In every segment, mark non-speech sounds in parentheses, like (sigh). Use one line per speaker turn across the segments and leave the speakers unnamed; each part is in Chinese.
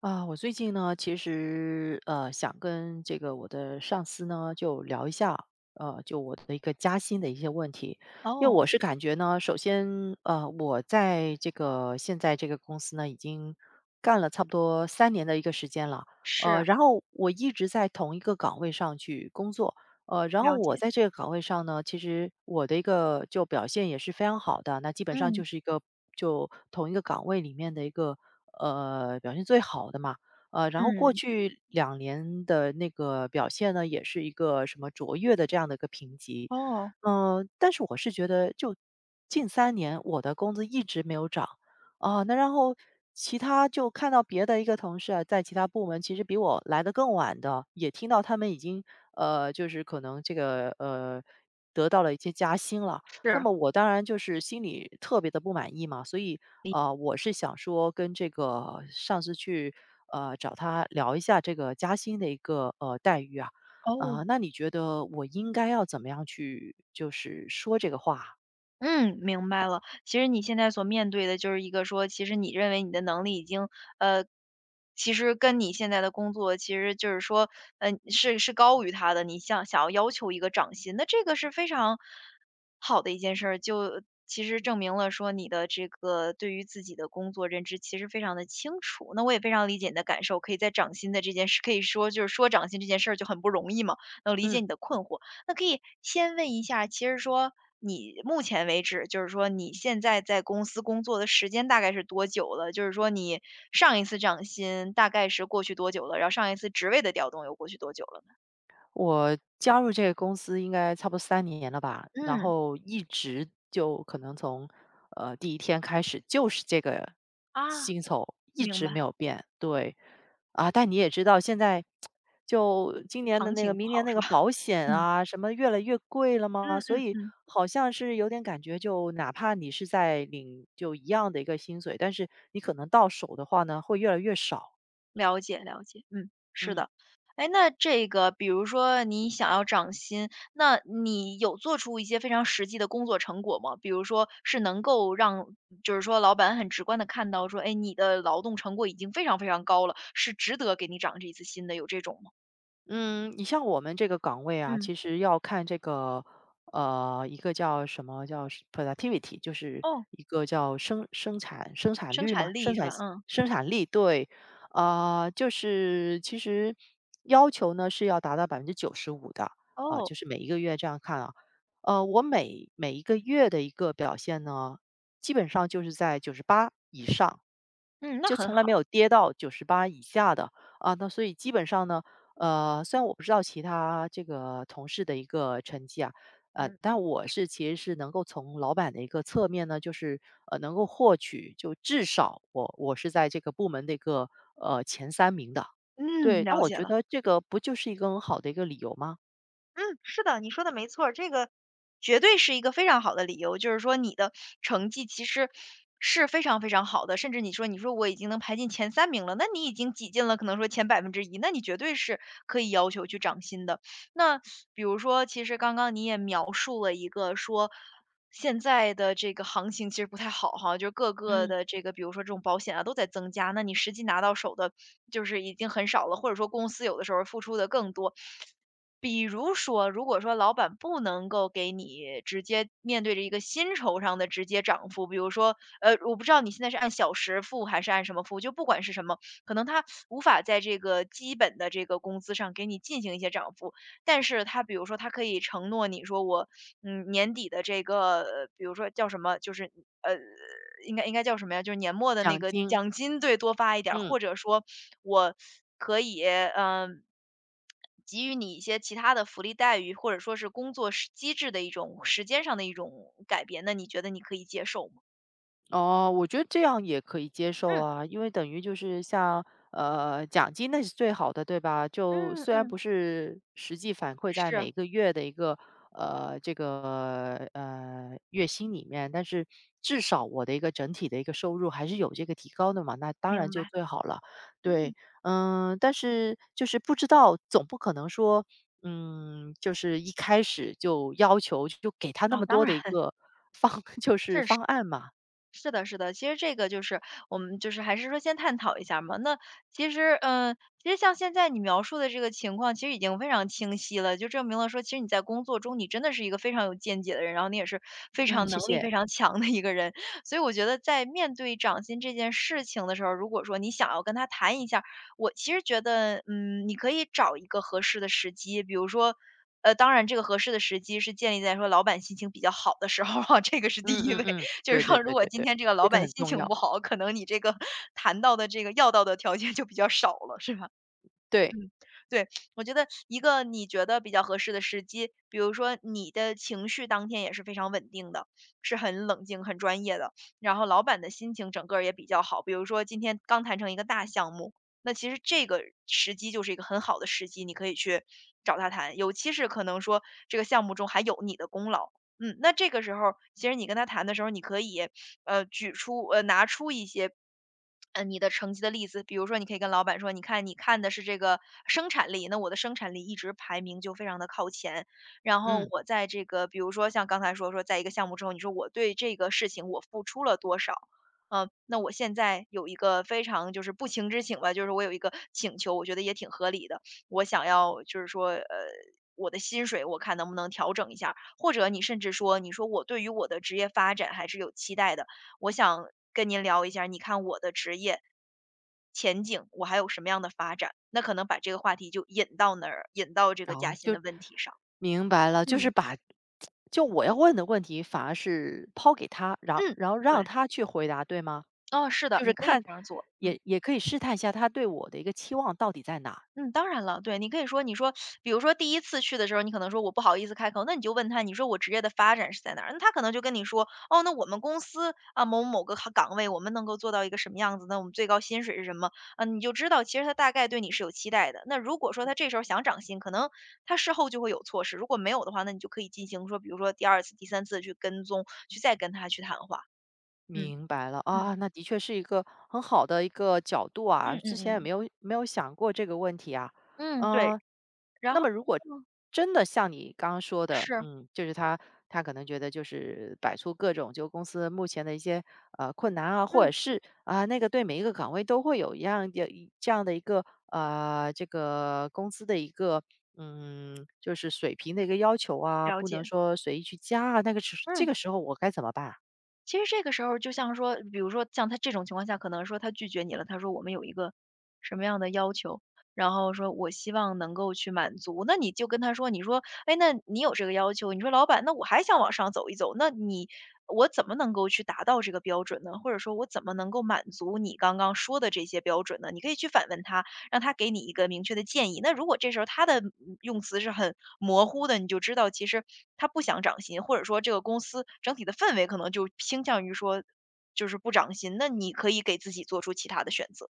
啊，我最近呢，其实想跟这个我的上司呢，就聊一下，就我的一个加薪的一些问题。因为
哦，
我是感觉呢，首先我在这个现在这个公司呢，已经干了差不多三年的一个时间了，
是，
然后我一直在同一个岗位上去工作，然后
了
我
解，
在这个岗位上呢，其实我的一个就表现也是非常好的，那基本上就
嗯，
是一个就同一个岗位里面的一个。表现最好的嘛。然后过
嗯，
去2年的那个表现呢，也是一个什么卓越的这样的一个评级。
哦，
但是我是觉得就近三年我的工资一直没有涨。啊，那然后其他就看到别的一个同事啊，在其他部门其实比我来的更晚的，也听到他们已经，就是可能这个，得到了一些加薪了。那
是，
么我当然就是心里特别的不满意嘛，所以我是想说跟这个上司去，找他聊一下这个加薪的一个待遇啊。
哦，
那你觉得我应该要怎么样去就是说这个话？
嗯，明白了。其实你现在所面对的就是一个说，其实你认为你的能力已经，呃，其实跟你现在的工作，其实就是说，呃，是高于他的。你想要要求一个涨薪，那这个是非常好的一件事儿，就其实证明了说你的这个对于自己的工作认知其实非常的清楚。那我也非常理解你的感受，可以在涨薪的这件事，可以说就是说涨薪这件事儿就很不容易嘛，能理
嗯。
解你的困惑。那可以先问一下，其实说你目前为止，就是说你现在在公司工作的时间大概是多久了？就是说你上一次涨薪大概是过去多久了？然后上一次职位的调动又过去多久了呢？
我加入这个公司应该差不多三年了吧，然
嗯，
后一直就可能从，第一天开始就是这个
啊，
薪酬，一
明
直
白，
没有变，对。啊，但你也知道现在就今年的
行
那个
情不
明年
好
那
是
个
吧？
保
(laughs)
险
嗯，
啊，什么越来越贵了嘛，
嗯
所
嗯
以
嗯。
好像是有点感觉就哪怕你是在领就一样的一个薪水，但是你可能到手的话呢，会越来越少。
了解了解，嗯，是
嗯。
的。哎，那这个比如说你想要涨薪，那你有做出一些非常实际的工作成果吗？比如说是能够让就是说老板很直观的看到说，哎，你的劳动成果已经非常非常高了，是值得给你涨这一次薪的，有这种吗？
嗯，你像我们这个岗位啊，
嗯，
其实要看这个，一个叫什么叫是 productivity，就是
哦，
一个叫生产
生
率嘛，
产力是吧？嗯，
生产力，对。啊、就是其实要求呢是要达到95%的。啊、
哦，
就是每一个月这样看啊。我每一个月的一个表现呢，基本上就是在九十八以上，
嗯，那
就
很
从来没
好，
有跌到九十八以下的。啊，那所以基本上呢，虽然我不知道其他这个同事的一个成绩啊，
嗯，
但我是其实是能够从老板的一个侧面呢，就是能够获取，就至少我是在这个部门的一个前三名的。
嗯，
对，那
了
我
解
觉
了。
得这个不就是一个很好的一个理由吗？
嗯，是的，你说的没错儿这个绝对是一个非常好的理由。就是说你的成绩其实是非常非常好的，甚至你说我已经能排进前三名了，那你已经挤进了可能说前百分之一，那你绝对是可以要求去涨薪的。那比如说，其实刚刚你也描述了一个说，现在的这个行情其实不太好哈，就各个
嗯，
的这个比如说这种保险啊都在增加，那你实际拿到手的就是已经很少了，或者说公司有的时候付出的更多。比如说，如果说老板不能够给你直接面对着一个薪酬上的直接涨幅，比如说，呃，我不知道你现在是按小时付还是按什么付，就不管是什么，可能他无法在这个基本的这个工资上给你进行一些涨幅，但是他比如说他可以承诺你说我，嗯，年底的这个，比如说叫什么，就是呃应该叫什么呀？就是年末的那
奖
个
金，
奖金，对，多发一点儿，
嗯。
或者说我可以，嗯、给予你一些其他的福利待遇，或者说是工作时机制的一种时间上的一种改变，那你觉得你可以接受吗？
哦，我觉得这样也可以接受
嗯
啊，因为等于就是像奖金那是最好的，对吧？就
嗯
虽然
嗯，
不是实际反馈在每
是，
个月的一个这个月薪里面，但是至少我的一个整体的一个收入还是有这个提高的嘛，那当然
明
就
白，
最好了。对，
嗯，
但是就是不知道，总不可能说。就是一开始就要求就给他那
哦，
么多
当
的
然
一
(laughs)
个方，(laughs) 就是
是
方案嘛。
是的，是的，其实这个就是我们就是还是说先探讨一下嘛。那其实，嗯，其实像现在你描述的这个情况，其实已经非常清晰了，就证明了说，其实你在工作中你真的是一个非常有见解的人，然后你也是非
嗯，
常
谢
能力
谢。
非常强的一个人。所以我觉得在面对涨薪这件事情的时候，如果说你想要跟他谈一下，我其实觉得，嗯，你可以找一个合适的时机，比如说。呃，当然，这个合适的时机是建立在说老板心情比较好的时候啊，这个是第
嗯
一
嗯
位。
嗯，
就是
对对
说如
对
果
对
今
对，
天这个
这
老
个
板
很
心
重
情
要。
不好，可能你这个谈到的这个要到的条件就比较少了，是吧？
对，
嗯，对，我觉得一个你觉得比较合适的时机，比如说你的情绪当天也是非常稳定的，是很冷静、很专业的，然后老板的心情整个儿也比较好。比如说今天刚谈成一个大项目，那其实这个时机就是一个很好的时机，你可以去找他谈，尤其是可能说这个项目中还有你的功劳。嗯，那这个时候，其实你跟他谈的时候，你可以，呃，举出呃，拿出一些，呃，你的成绩的例子，比如说，你可以跟老板说，你看，你看的是这个生产力，那我的生产力一直排名就非常的靠前。然后
嗯，
我在这个，比如说像刚才说，在一个项目之后，你说我对这个事情我付出了多少，嗯、那我现在有一个非常就是不情之请吧，就是我有一个请求，我觉得也挺合理的，我想要就是说，呃，我的薪水我看能不能调整一下。或者你甚至说，你说我对于我的职业发展还是有期待的，我想跟您聊一下你看我的职业前景，我还有什么样的发展？那可能把这个话题就引到那儿，引到这
然
个
后啊
加薪
就
的问题上。
明白了，就是
嗯。
把就我要问的问题反而是抛给他，然后
嗯，
然后让
对，
他去回答，对吗？
哦，是的，
就是
你可以
看
这样做，嗯。
也可以试探一下他对我的一个期望到底在哪。
嗯，当然了，对，你可以说，你说，比如说第一次去的时候，你可能说我不好意思开口，那你就问他，你说我职业的发展是在哪儿？那他可能就跟你说，哦，那我们公司啊某某个行岗位，我们能够做到一个什么样子？那我们最高薪水是什么？啊，你就知道其实他大概对你是有期待的。那如果说他这时候想涨薪，可能他事后就会有措施；如果没有的话，那你就可以进行说，比如说第二次、第三次去跟踪，去再跟他去谈话。嗯
明白了
嗯
啊，那的确是一个很好的一个角度
嗯
啊，
嗯
之前也没
嗯
有没有想过这个问题啊。
嗯，对，
嗯、
然
那
后
么如果
嗯
真的像你刚刚说的，
是
就是他可能觉得就是摆出各种就公司目前的一些困难啊，或者
嗯
是啊、那个对每一个岗位都会有一样的这样的一个这个工资的一个就是水平的一个要求啊，
了
不能
解
说随意去加啊。那个时这
嗯。
个时候我该怎么办啊？
其实这个时候就像说，比如说像他这种情况下，可能说他拒绝你了，他说我们有一个什么样的要求，然后说我希望能够去满足，那你就跟他说，你说，哎，那你有这个要求，你说老板，那我还想往上走一走，那你我怎么能够去达到这个标准呢？或者说，我怎么能够满足你刚刚说的这些标准呢？你可以去反问他，让他给你一个明确的建议。那如果这时候他的嗯用词是很模糊的，你就知道其实他不想涨薪，或者说这个公司整体的氛围可能就倾向于说就是不涨薪。那你可以给自己做出其他的选择。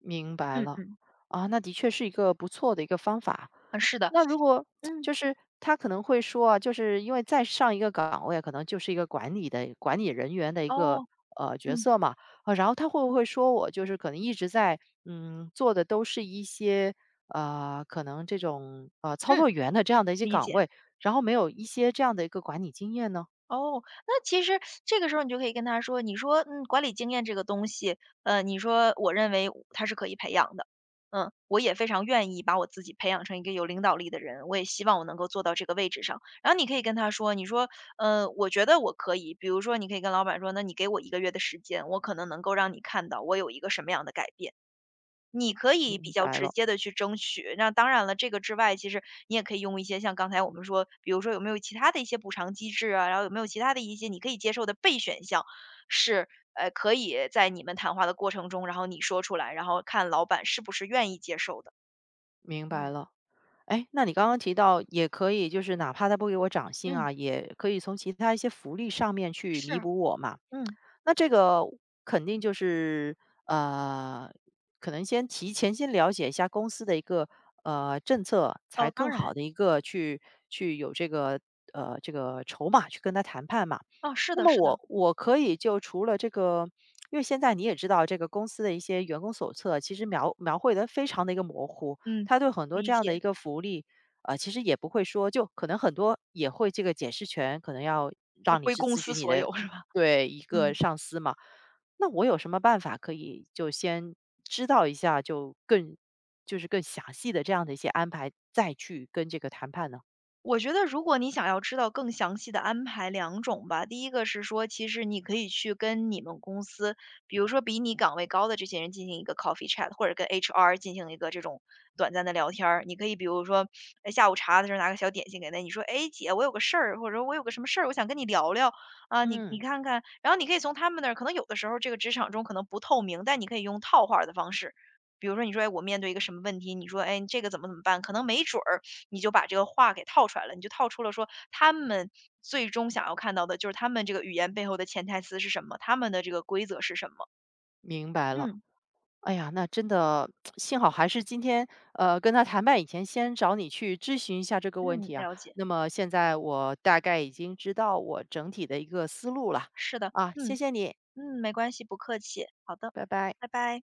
明白
嗯
了。
嗯，
啊，那的确是一个不错的一个方法。
啊，是的，
那如果
嗯，
就是他可能会说啊，就是因为再上一个岗位啊，可能就是一个管理的管理人员的一个
哦，
角
嗯
色嘛。啊，然后他会不会说我就是可能一直在做的都是一些可能这种操
嗯，
作员的这样的一些
理
岗
解。
位，然后没有一些这样的一个管理经验呢？
哦，那其实这个时候你就可以跟他说，你说，嗯，管理经验这个东西，呃，你说我认为我它是可以培养的，嗯，我也非常愿意把我自己培养成一个有领导力的人，我也希望我能够做到这个位置上。然后你可以跟他说，你说，呃，我觉得我可以，比如说你可以跟老板说，那你给我一个月的时间，我可能能够让你看到我有一个什么样的改变。你可以
明
比较
白
直
了，
接的去争取。那当然了，这个之外，其实你也可以用一些像刚才我们说，比如说有没有其他的一些补偿机制啊，然后有没有其他的一些你可以接受的备选项，是，呃，可以在你们谈话的过程中，然后你说出来，然后看老板是不是愿意接受的。
明白
嗯。
了。哎，那你刚刚提到也可以，就是哪怕他不给我涨薪
嗯，
啊，也可以从其他一些福利上面去
是，
弥补我嘛。
嗯，
那这个肯定就是，呃，可能先提前先了解一下公司的一个，政策，
哦，
才更
当然，
好的一个去有这个这个筹码去跟他谈判嘛。
哦，是
那
的
么
是的，
我可以就除了这个因为现在你也知道这个公司的一些员工手册，其实描绘的非常的一个模糊，
嗯，
他对很多这
理
样的一
解，
个福利，其实也不会说就可能很多也会这个解释权，可能要
呃
让你
归
去
公
咨
司
询你
所
的，
有是吧？
对，一个
嗯。
上司嘛。那我有什么办法可以就先知道一下，就更就是更详细的这样的一些安排，再去跟这个谈判呢？
我觉得如果你想要知道更详细的安排两种吧。第一个是说，其实你可以去跟你们公司，比如说比你岗位高的这些人进行一个 coffee chat,或者跟 HR 进行一个这种短暂的聊天儿。你可以比如说，哎下午茶的时候拿个小点心给他，你说：“哎，姐，我有个事儿，或者说我有个什么事儿，我想跟你聊聊，啊，你
嗯，
看看。”然后你可以从他们那儿可能有的时候这个职场中可能不透明，但你可以用套话儿的方式，比如说你说：“哎，我面对一个什么问题。”你说：“哎，这个怎么办？”可能没准儿。你就把这个话给套出来了，你就套出了说他们最终想要看到的就是他们这个语言背后的潜台词是什么，他们的这个规则是什么。
明白了。
嗯
哎呀，那真的 (tsk) 幸好还是今天跟他谈判以前，先找你去咨询一下这个问
嗯，
题啊。
了解，
那么现在我大概已经知道我整体的一个思路了
是的，
啊，谢
嗯
谢你，
嗯，没关系，不客气，好的，
拜拜。
拜拜。